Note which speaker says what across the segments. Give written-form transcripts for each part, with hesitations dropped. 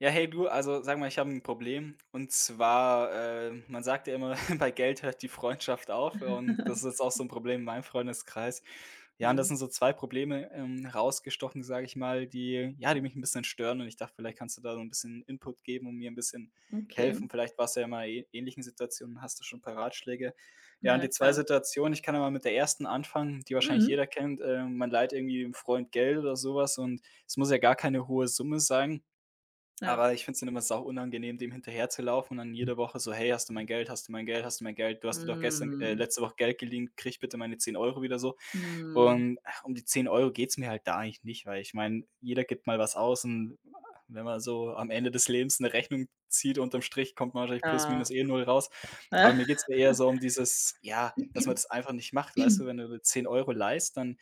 Speaker 1: Ja, hey du, also sag mal, ich habe ein Problem. Und zwar, man sagt ja immer, bei Geld hört die Freundschaft auf und das ist jetzt auch so ein Problem in meinem Freundeskreis. Ja, und das
Speaker 2: Mhm.
Speaker 1: sind so 2 Probleme, rausgestochen, sage ich mal, die ja, die mich ein bisschen stören und ich dachte, vielleicht kannst du da so ein bisschen Input geben und mir ein bisschen
Speaker 2: Okay.
Speaker 1: helfen. Vielleicht warst du ja mal in ähnlichen Situationen, hast du schon ein paar Ratschläge. Ja,
Speaker 2: Ja,
Speaker 1: und
Speaker 2: na
Speaker 1: die 2
Speaker 2: klar.
Speaker 1: Situationen, ich kann ja mal mit der ersten anfangen, die wahrscheinlich
Speaker 2: Mhm.
Speaker 1: jeder kennt. Man leiht irgendwie 'nem Freund Geld oder sowas und es muss ja gar keine hohe Summe sein.
Speaker 2: Ja.
Speaker 1: Aber ich finde es dann immer sau unangenehm, dem hinterherzulaufen und dann jede Woche so: „Hey, hast du mein Geld? Hast du mein Geld? Hast du mein Geld? Du hast dir doch gestern
Speaker 2: Mhm.
Speaker 1: letzte Woche Geld geliehen, krieg bitte meine 10 Euro wieder so.“
Speaker 2: Mhm.
Speaker 1: Und, ach, um die 10 € geht's mir halt da eigentlich nicht, weil ich meine, jeder gibt mal was aus und wenn man so am Ende des Lebens eine Rechnung zieht, unterm Strich kommt man wahrscheinlich plus
Speaker 2: Ja.
Speaker 1: minus eh null raus. Aber mir geht's da eher so um dieses, ja, dass man das einfach nicht macht, weißt du?
Speaker 2: Mhm.
Speaker 1: Wenn du 10 Euro € leihst, dann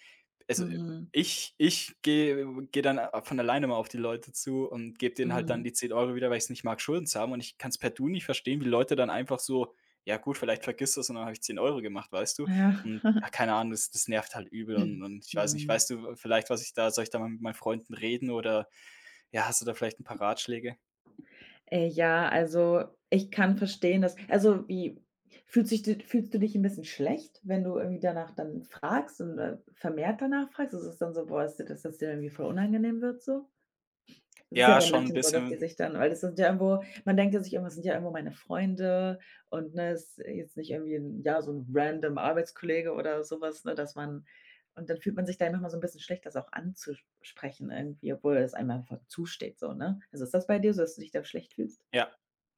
Speaker 1: also ich gehe dann von alleine mal auf die Leute zu und gebe denen halt dann
Speaker 2: Mhm.
Speaker 1: die 10 Euro wieder, weil ich es nicht mag, Schulden zu haben. Und ich kann's per Du nicht verstehen, wie Leute dann einfach so: „Ja gut, vielleicht vergisst du's und dann habe ich 10 Euro gemacht“, weißt du?
Speaker 2: Ja.
Speaker 1: Und ja, keine Ahnung, das nervt halt übel und ich weiß nicht,
Speaker 2: Mhm.
Speaker 1: weißt du vielleicht, was ich da soll ich da mal mit meinen Freunden reden oder ja, hast du da vielleicht ein paar Ratschläge?
Speaker 2: Ja, also, ich kann verstehen, dass also, wie fühlst sich d fühlst du dich ein bisschen schlecht, wenn du irgendwie danach dann fragst und, vermehrt danach fragst? Ist es dann so: „Boah, ist dir das dass dir irgendwie voll unangenehm wird so?" Das ist ja
Speaker 1: Ja,
Speaker 2: bei
Speaker 1: schon ein
Speaker 2: manchen so, dass die
Speaker 1: bisschen.
Speaker 2: sich dann weil das sind ja irgendwo man denkt ja sich immer: „Das sind ja irgendwo meine Freunde" und, ne, ist jetzt nicht irgendwie 'n ja, so ein random Arbeitskollege oder sowas, ne, dass man und dann fühlt man sich da manchmal so ein bisschen schlecht, das auch anzusprechen irgendwie, obwohl es einem einfach zusteht so, ne? Also, ist das bei dir so, dass du dich da schlecht fühlst?
Speaker 1: Ja.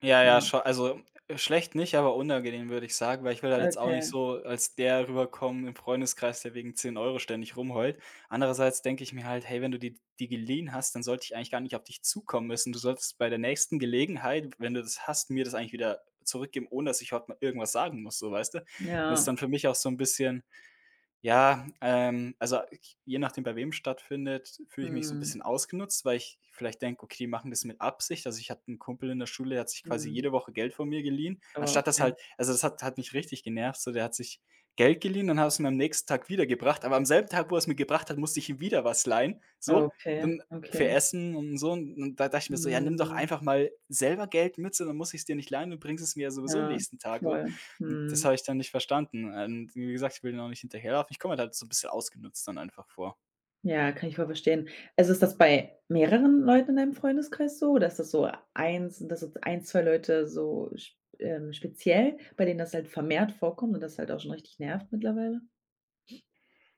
Speaker 1: Ja,
Speaker 2: Ja,
Speaker 1: ja, scho also, schlecht nicht, aber unangenehm, würde ich sagen, weil ich will halt jetzt auch nicht
Speaker 2: okay.
Speaker 1: so als der rüberkommen im Freundeskreis, der wegen 10 € ständig rumheult. Andererseits denke ich mir halt: „Hey, wenn du die geliehen hast, dann sollte ich eigentlich gar nicht auf dich zukommen müssen. Du solltest bei der nächsten Gelegenheit, wenn du das hast, mir das eigentlich wieder zurückgeben, ohne dass ich heute mal irgendwas sagen muss“, so, weißt du? Und das ist
Speaker 2: Ja.
Speaker 1: dann für mich auch so ein bisschen ja, also je nachdem, bei wem stattfindet, fühle ich mich so ein bisschen
Speaker 2: Mhm.
Speaker 1: ausgenutzt, weil ich vielleicht denke: „Okay, die machen das mit Absicht.“ Also, ich hatte einen Kumpel in der Schule, der hat sich quasi
Speaker 2: Mhm.
Speaker 1: jede Woche Geld von mir geliehen, anstatt das
Speaker 2: Okay.
Speaker 1: halt also, das hat mich richtig genervt, so der hat sich Geld geliehen, dann hat es mir am nächsten Tag wiedergebracht, aber am selben Tag, wo er es mir gebracht hat, musste ich ihm wieder was leihen, so,
Speaker 2: Okay,
Speaker 1: dann für
Speaker 2: okay.
Speaker 1: Essen und so. Und da dachte ich mir so: „Ja, nimm doch
Speaker 2: Mhm.
Speaker 1: einfach mal selber Geld mit, so, dann muss ich es dir nicht leihen, du bringst es mir ja sowieso
Speaker 2: Ja,
Speaker 1: nächsten Tag.“ so.
Speaker 2: voll.
Speaker 1: Hm, das
Speaker 2: Mhm.
Speaker 1: habe ich dann nicht verstanden. Wie gesagt, ich will denen auch nicht hinterherlaufen. Ich komme mir halt so ein bisschen ausgenutzt dann einfach vor.
Speaker 2: Ja, kann ich voll verstehen. Also, ist das bei mehreren Leuten in deinem Freundeskreis so oder ist das so eins dass jetzt ein, 2 Leute so sp speziell, bei denen das halt vermehrt vorkommt und das halt auch schon richtig nervt mittlerweile?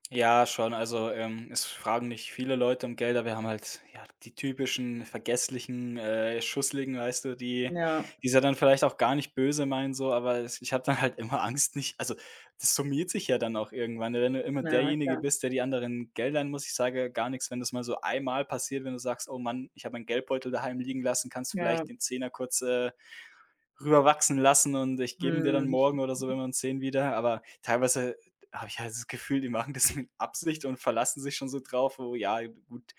Speaker 1: Ja, schon. Also, es fragen nicht viele Leute um Geld, aber wir haben halt, ja, die typischen vergesslichen, Schusseligen, weißt du, die
Speaker 2: Ja,
Speaker 1: die es ja dann vielleicht auch gar nicht böse meinen so, aber es ich habe dann halt immer Angst nicht also, das summiert sich ja dann auch irgendwann, wenn du immer
Speaker 2: na
Speaker 1: derjenige
Speaker 2: klar.
Speaker 1: bist, der die anderen Geldern muss. Ich sage gar nichts, wenn das mal so einmal passiert, wenn du sagst: „Oh Mann, ich habe meinen Geldbeutel daheim liegen lassen, kannst du
Speaker 2: Ja,
Speaker 1: vielleicht den Zehner kurz, rüberwachsen lassen und ich gebe ihn dir dann
Speaker 2: mhm,
Speaker 1: morgen oder so, wenn wir uns sehen, wieder. Aber teilweise habe ich halt das Gefühl, die machen das mit Absicht und verlassen sich schon so drauf, wo ja, gut,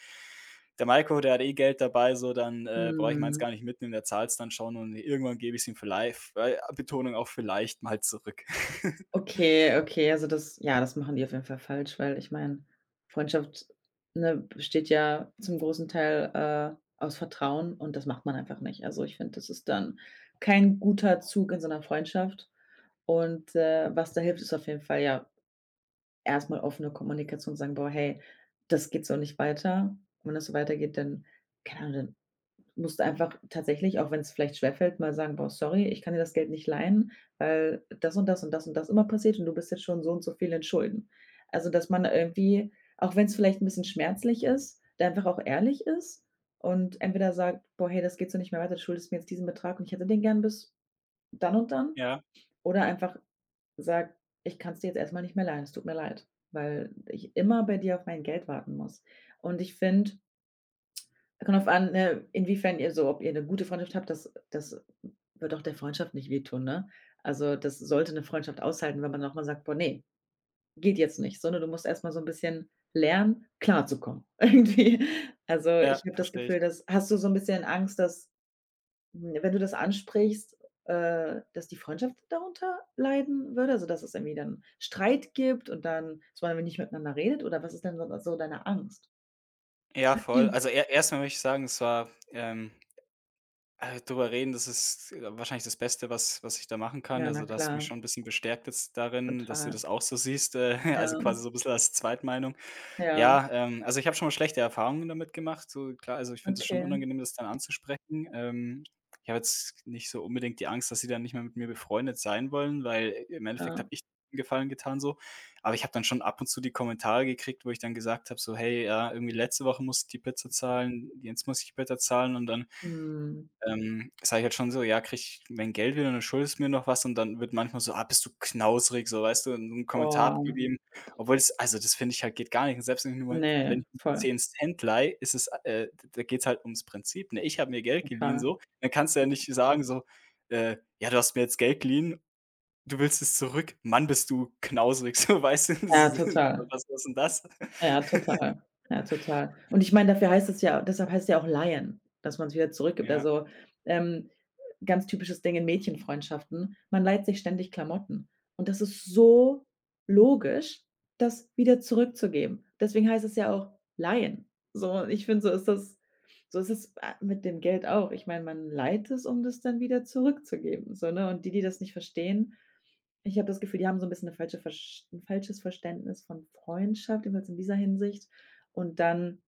Speaker 1: der Maiko, der hat eh Geld dabei, so, dann brauche ich meins
Speaker 2: mhm.
Speaker 1: gar nicht mitnehmen, der zahlt es dann schon und irgendwann gebe ich es ihm vielleicht, Betonung auf vielleicht mal zurück.
Speaker 2: Okay, okay, also das machen die auf jeden Fall falsch, weil ich meine, Freundschaft, ne, besteht ja zum großen Teil, aus Vertrauen und das macht man einfach nicht. Also, ich finde, das ist dann kein guter Zug in so einer Freundschaft. Und, was da hilft, ist auf jeden Fall, ja, erstmal offene Kommunikation, sagen: „Boah, hey, das geht so nicht weiter." Und wenn das so weitergeht, dann keine Ahnung, dann musst du einfach tatsächlich, auch wenn es vielleicht schwerfällt, mal sagen: „Boah, sorry, ich kann dir das Geld nicht leihen, weil das und das und das und das immer passiert und du bist jetzt schon so und so viel in Schulden." Also, dass man irgendwie, auch wenn es vielleicht ein bisschen schmerzlich ist, da einfach auch ehrlich ist und entweder sagt: „Boah, hey, das geht so nicht mehr weiter, du schuldest mir jetzt diesen Betrag und ich hätte den gern bis dann und dann."
Speaker 1: Ja,
Speaker 2: Oder einfach sage: „Ich kann es dir jetzt erstmal nicht mehr leihen. Es tut mir leid, weil ich immer bei dir auf mein Geld warten muss." Und ich finde kommt auf an, ne, inwiefern ihr so ob ihr eine gute Freundschaft habt, das das wird auch der Freundschaft nicht wehtun, ne? Also, das sollte eine Freundschaft aushalten, wenn man auch mal sagt: „Boah, ne, geht jetzt nicht", sondern du musst erstmal so ein bisschen lernen, klarzukommen irgendwie. Also,
Speaker 1: ja,
Speaker 2: ich habe das
Speaker 1: verstehe ich.
Speaker 2: Gefühl, dass hast du so ein bisschen Angst, dass wenn du das ansprichst, dass die Freundschaft darunter leiden würde? Also, dass es irgendwie dann Streit gibt und dann dass man irgendwie nicht miteinander redet oder was ist denn so so deine Angst?
Speaker 1: Ja, voll. Also, e erstmal möchte ich sagen, es war, drüber reden, das ist wahrscheinlich das Beste, was ich da machen kann.
Speaker 2: Ja, na
Speaker 1: Also, da hast du mich
Speaker 2: klar,
Speaker 1: schon ein bisschen bestärkt jetzt darin, dass du
Speaker 2: total.
Speaker 1: das auch so siehst,
Speaker 2: Ja,
Speaker 1: also quasi so ein bisschen als Zweitmeinung.
Speaker 2: ja,
Speaker 1: Ja, also ich habe schon mal schlechte Erfahrungen damit gemacht, so klar, also ich finde es schon
Speaker 2: okay,
Speaker 1: unangenehm, das dann anzusprechen. Ich habe jetzt nicht so unbedingt die Angst, dass sie dann nicht mehr mit mir befreundet sein wollen, weil im Endeffekt habe
Speaker 2: ja.
Speaker 1: ich denen Gefallen getan so. Aber ich habe dann schon ab und zu die Kommentare gekriegt, wo ich dann gesagt habe so: „Hey, ja, irgendwie letzte Woche musste ich die Pizza zahlen, jetzt muss ich die Pizza zahlen“ und dann
Speaker 2: Mhm.
Speaker 1: sage ich halt schon so: „Ja, krieg ich mein Geld wieder und dann schuldest du mir noch was?“ Und dann wird manchmal so: „Ah, bist du knausrig“, so, weißt du, und so einen Kommentar
Speaker 2: Boah,
Speaker 1: abgegeben, obwohl das also, das finde ich halt geht gar nicht. Und selbst wenn ich nur mal wenn
Speaker 2: ne,
Speaker 1: ich nur
Speaker 2: voll,
Speaker 1: 10 Cent leihe, ist es, d da geht's halt ums Prinzip, ne? Ich habe mir Geld geliehen
Speaker 2: total,
Speaker 1: so, dann kannst du ja
Speaker 2: tot
Speaker 1: nicht sagen so, „Ja, du hast mir jetzt Geld geliehen, du willst es zurück. Mann, bist du knausrig“, so, weißt du? Das
Speaker 2: ja,
Speaker 1: ist
Speaker 2: total.
Speaker 1: was was ist 'n das?
Speaker 2: Ja, total. Ja, total. Und ich meine, dafür heißt es ja deshalb heißt es ja auch Leihen, dass man's wieder zurückgibt.
Speaker 1: Ja,
Speaker 2: Also, ähm, ganz typisches Ding in Mädchenfreundschaften, man leiht sich ständig Klamotten. Und das ist so logisch, das wieder zurückzugeben. Deswegen heißt es ja auch Leihen. So, ich finde, so ist es, mit dem Geld auch. Ich meine, man leiht es, um das dann wieder zurückzugeben, so, ne? Und die, die das nicht verstehen ich habe das Gefühl, die haben so ein bisschen 'ne falsche Versch 'n falsches Verständnis von Freundschaft, jedenfalls in dieser Hinsicht. Und dann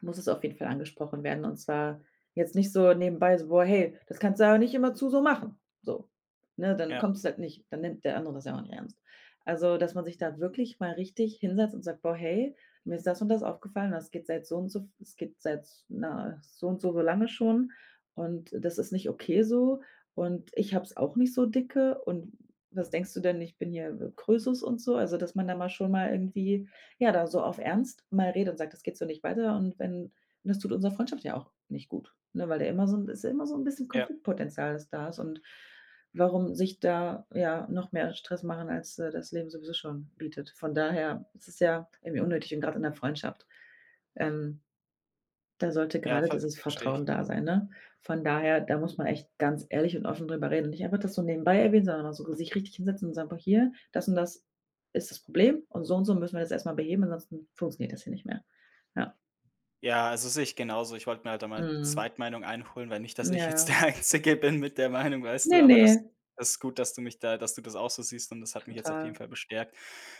Speaker 2: muss es auf jeden Fall angesprochen werden und zwar jetzt nicht so nebenbei so: „Boah, hey, das kannst du aber nicht immer zu so machen." So, ne, dann
Speaker 1: ja,
Speaker 2: kommt es halt nicht dann nimmt der andere das ja auch nicht ernst. Also, dass man sich da wirklich mal richtig hinsetzt und sagt: „Boah, hey, mir ist das und das aufgefallen, das geht seit so und so es geht seit, na, so und so so lange schon und das ist nicht okay so und ich habe es auch nicht so dicke und was denkst du denn, ich bin hier Krösus und so?" Also, dass man da mal schon mal irgendwie ja, da so auf ernst mal redet und sagt: „Das geht so nicht weiter." Und wenn und das tut unserer Freundschaft ja auch nicht gut, ne, weil da immer so 'n ist immer so 'n bisschen
Speaker 1: ja,
Speaker 2: Konfliktpotenzial, das da ist und warum sich da, ja, noch mehr Stress machen, als, das Leben sowieso schon bietet. Von daher ist es ja irgendwie unnötig und grad in der Freundschaft. Ähm, Da sollte
Speaker 1: ja,
Speaker 2: gerade dieses
Speaker 1: verstehe ich.
Speaker 2: Vertrauen da sein, ne? Von daher, da muss man echt ganz ehrlich und offen drüber reden und nicht einfach das so nebenbei erwähnen, sondern mal so sich richtig hinsetzen und sagen: „Boah, hier, das und das ist das Problem und so müssen wir das erst mal beheben, ansonsten funktioniert das hier nicht mehr." Ja.
Speaker 1: Ja, also sehe ich genauso. Ich wollte mir halt einmal
Speaker 2: Mhm.
Speaker 1: Zweitmeinung einholen, weil nicht, dass ich
Speaker 2: Ja,
Speaker 1: jetzt
Speaker 2: ja.
Speaker 1: der Einzige bin mit der Meinung, weißt du,
Speaker 2: Ne,
Speaker 1: aber das
Speaker 2: ne,
Speaker 1: das ist gut, dass du mich da dass du das auch so siehst und das hat mich jetzt auf jeden
Speaker 2: total.
Speaker 1: Fall bestärkt.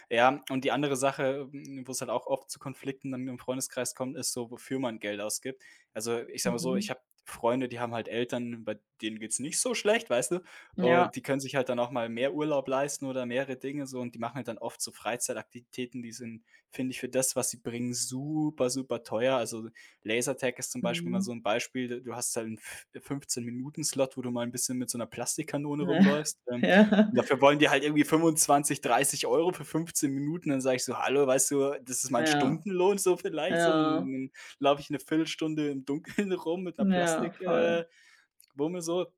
Speaker 1: Ja, und die andere Sache, m, wo es halt auch oft zu Konflikten dann im Freundeskreis kommt, ist so, wofür man Geld ausgibt. Also, ich sage mal so, ich
Speaker 2: Mhm.
Speaker 1: habe Freunde, die haben halt Eltern, bei denen geht's nicht so schlecht, weißt du?
Speaker 2: Ja.
Speaker 1: Und die können sich halt dann auch mal mehr Urlaub leisten oder mehrere Dinge so und die machen halt dann oft so Freizeitaktivitäten, die sind finde ich für das, was sie bringen, super, super teuer. Also Lasertag ist zum Beispiel mal so
Speaker 2: Mhm.
Speaker 1: ein Beispiel. Du hast halt 'n F 15- Minuten-Slot, wo du mal ein bisschen mit so einer Plastikkanone rumläufst,
Speaker 2: Ja.
Speaker 1: und dafür wollen die halt irgendwie 25, 30 € für 15 Minuten. Dann sage ich so: „Hallo, weißt du, das ist mein
Speaker 2: Ja.
Speaker 1: Stundenlohn so
Speaker 2: Ja.
Speaker 1: vielleicht so“
Speaker 2: Ja.
Speaker 1: und dann laufe ich eine Viertelstunde im Dunkeln rum mit einer
Speaker 2: Ja,
Speaker 1: Plastik
Speaker 2: voll.
Speaker 1: Wumme so.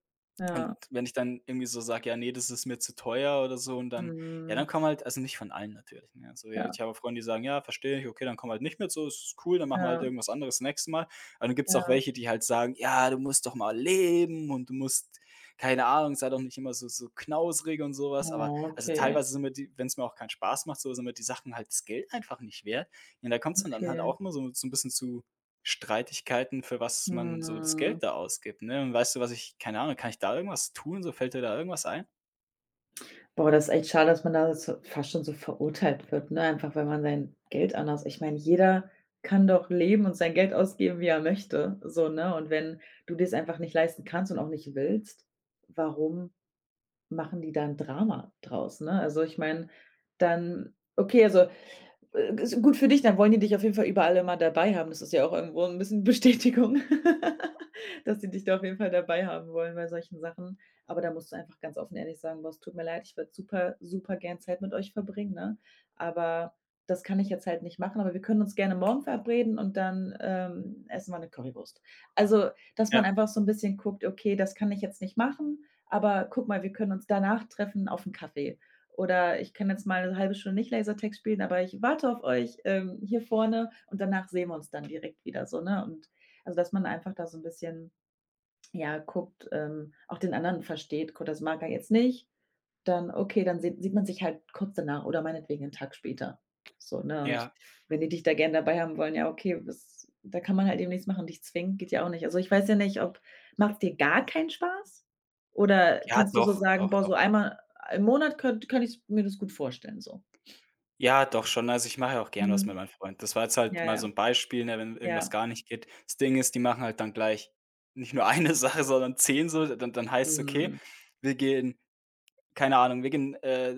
Speaker 1: Und
Speaker 2: Ja.
Speaker 1: wenn ich dann irgendwie so sage: „Ja, nee das ist mir zu teuer“ oder so und dann ja, dann
Speaker 2: Mhm.
Speaker 1: kommen halt also nicht von allen natürlich, ne? Also, ja,
Speaker 2: Ja,
Speaker 1: ich habe Freunde, die sagen: „Ja, verstehe ich, okay, dann komm halt nicht mit so, ist cool, dann machen wir halt
Speaker 2: ja,
Speaker 1: irgendwas anderes nächstes Mal.“ Aber dann gibt's auch
Speaker 2: ja.
Speaker 1: welche, die halt sagen: „Ja, du musst doch mal leben und du musst keine Ahnung, sei doch nicht immer so so knausrig und sowas. Aber
Speaker 2: Oh,
Speaker 1: also,
Speaker 2: okay,
Speaker 1: teilweise sind mir die wenn es mir auch keinen Spaß macht, so sind mir die Sachen halt das Geld einfach nicht wert. Ja, da kommt's dann halt
Speaker 2: okay.
Speaker 1: auch immer so so 'n bisschen zu Streitigkeiten, für was man so das
Speaker 2: Mhm.
Speaker 1: Geld da ausgibt, ne? Und weißt du, was ich keine Ahnung, kann ich da irgendwas tun? So, fällt dir da irgendwas ein?
Speaker 2: Boah, das ist echt schade, dass man da so fast schon so verurteilt wird, ne? Einfach, weil man sein Geld anders ich meine, jeder kann doch leben und sein Geld ausgeben, wie er möchte, so, ne? Und wenn du dir's einfach nicht leisten kannst und auch nicht willst, warum machen die da 'n Drama draus, ne? Also, ich meine, dann okay, also ist gut für dich, dann wollen die dich auf jeden Fall überall immer dabei haben. Das ist ja auch irgendwo 'n bisschen Bestätigung, dass die dich da auf jeden Fall dabei haben wollen bei solchen Sachen. Aber da musst du einfach ganz offen ehrlich sagen: „Boss, tut mir leid, ich würde super, super gern Zeit mit euch verbringen, ne? Aber das kann ich jetzt halt nicht machen, aber wir können uns gerne morgen verabreden und dann, essen wir 'ne Currywurst." Also, dass man
Speaker 1: Ja,
Speaker 2: einfach so 'n bisschen guckt: „Okay, das kann ich jetzt nicht machen, aber guck mal, wir können uns danach treffen auf 'n Kaffee." Oder ich kann jetzt mal eine halbe Stunde nicht Lasertag spielen, aber ich warte auf euch, hier vorne und danach sehen wir uns dann direkt wieder so, ne? Und also, dass man einfach da so ein bisschen, ja, guckt, auch den anderen versteht. Gut, das mag er jetzt nicht, dann okay, dann sieht man sich halt kurz danach oder meinetwegen 'n Tag später. So, ne, und
Speaker 1: ja.
Speaker 2: wenn die dich da gern dabei haben wollen, ja, okay, das da kann man halt eben nichts machen, dich zwingen geht ja auch nicht. Also, ich weiß ja nicht, ob macht's dir gar keinen Spaß? Oder
Speaker 1: Ja,
Speaker 2: kannst du so
Speaker 1: doch,
Speaker 2: sagen:
Speaker 1: doch,
Speaker 2: „Boah, so
Speaker 1: doch.
Speaker 2: einmal im Monat könnt kann ich mir das gut vorstellen", so?
Speaker 1: Ja, doch schon. Also, ich mache ja auch gern was mit
Speaker 2: Mhm.
Speaker 1: meinen Freunden. Das war jetzt halt
Speaker 2: Ja,
Speaker 1: mal so
Speaker 2: ja,
Speaker 1: 'n Beispiel, ne, wenn irgendwas
Speaker 2: ja.
Speaker 1: gar nicht geht. Das Ding ist, die machen halt dann gleich nicht nur eine Sache, sondern 10 so, dann heißt's: „Okay,
Speaker 2: Mhm.
Speaker 1: wir gehen keine Ahnung, wir gehen,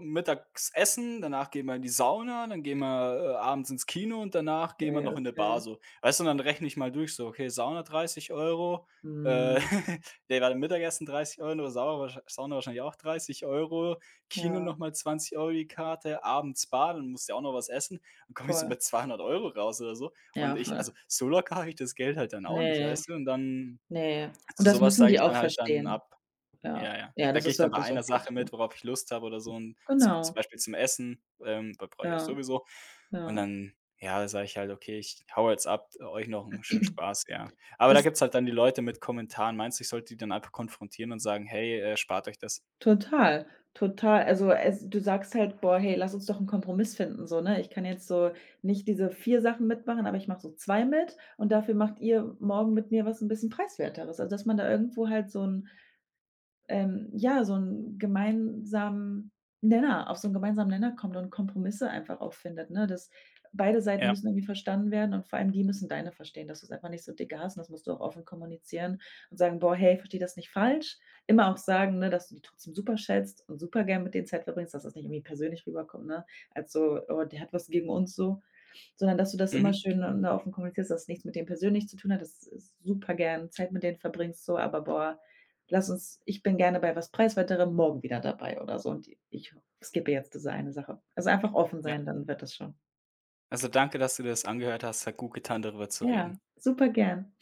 Speaker 1: mittags essen, danach gehen wir in die Sauna, dann gehen wir, abends ins Kino und danach gehen wir
Speaker 2: Ne,
Speaker 1: noch in eine Bar
Speaker 2: okay.
Speaker 1: so. Weißt du, und dann rechne ich mal durch so: Okay, Sauna 30 € äh,
Speaker 2: Mhm.
Speaker 1: ne, warte, Mittagessen 30 € Sauna wahrscheinlich auch 30 € Kino
Speaker 2: Ja,
Speaker 1: noch mal 20 € die Karte, abends Bar, dann musst du ja auch noch was essen. Dann komme ich so bei
Speaker 2: voll.
Speaker 1: 200 € raus oder so. Und
Speaker 2: Ja,
Speaker 1: ich
Speaker 2: voll.
Speaker 1: also, so locker habe ich das Geld halt dann auch nicht,
Speaker 2: Nee,
Speaker 1: weißt du? Und dann
Speaker 2: nee.
Speaker 1: zu
Speaker 2: Und
Speaker 1: so
Speaker 2: das
Speaker 1: was
Speaker 2: müssen
Speaker 1: sage
Speaker 2: die
Speaker 1: ich
Speaker 2: auch
Speaker 1: dann halt dann
Speaker 2: verstehen.
Speaker 1: ab.
Speaker 2: Ja.
Speaker 1: Ja, ja. Da gehe ich dann
Speaker 2: Ja
Speaker 1: bei
Speaker 2: das ist auch
Speaker 1: einer
Speaker 2: gut.
Speaker 1: Sache
Speaker 2: Ja.
Speaker 1: mit, worauf ich Lust habe oder so und zum
Speaker 2: Genau,
Speaker 1: Beispiel zum Essen, da brauche ich das
Speaker 2: ja,
Speaker 1: sowieso. Und
Speaker 2: ja.
Speaker 1: dann, ja, sage ich halt: „Okay, ich haue jetzt ab, euch noch 'n schönen Spaß“, ja. Aber da
Speaker 2: Das
Speaker 1: gibt's halt dann die Leute mit Kommentaren. Meinst du, ich sollte die dann einfach konfrontieren und sagen: „Hey, spart euch das?“
Speaker 2: Total, total. Also, es du sagst halt: „Boah, hey, lass uns doch einen Kompromiss finden", so, ne? Ich kann jetzt so nicht diese 4 Sachen mitmachen, aber ich mache so 2 mit und dafür macht ihr morgen mit mir was ein bisschen Preiswerteres. Also, dass man da irgendwo halt so ein ja, so 'n gemeinsamen Nenner auf so 'n gemeinsamen Nenner kommt und Kompromisse einfach auch findet, ne? Dass beide Seiten
Speaker 1: Ja,
Speaker 2: müssen irgendwie verstanden werden und vor allem die müssen deine verstehen, dass du es einfach nicht so dicke hast und das musst du auch offen kommunizieren und sagen: „Boah, hey, verstehe das nicht falsch." Immer auch sagen, ne, dass du die trotzdem super schätzt und super gern mit denen Zeit verbringst, dass das nicht irgendwie persönlich rüberkommt, ne? Als so: „Oh, der hat was gegen uns", so. Sondern dass du das
Speaker 1: mhm,
Speaker 2: immer schön, ne, offen kommunizierst, dass es nichts mit denen persönlich zu tun hat, dass s super gern Zeit mit denen verbringst so, aber: „Boah, lass uns ich bin gerne bei was Preiswerterem morgen wieder dabei" oder so und ich skippe jetzt diese eine Sache. Also, einfach offen
Speaker 1: ja.
Speaker 2: sein, dann wird das schon.
Speaker 1: Also, danke, dass du dir das angehört hast. Hat gut getan, darüber zu reden.
Speaker 2: Ja, super gern.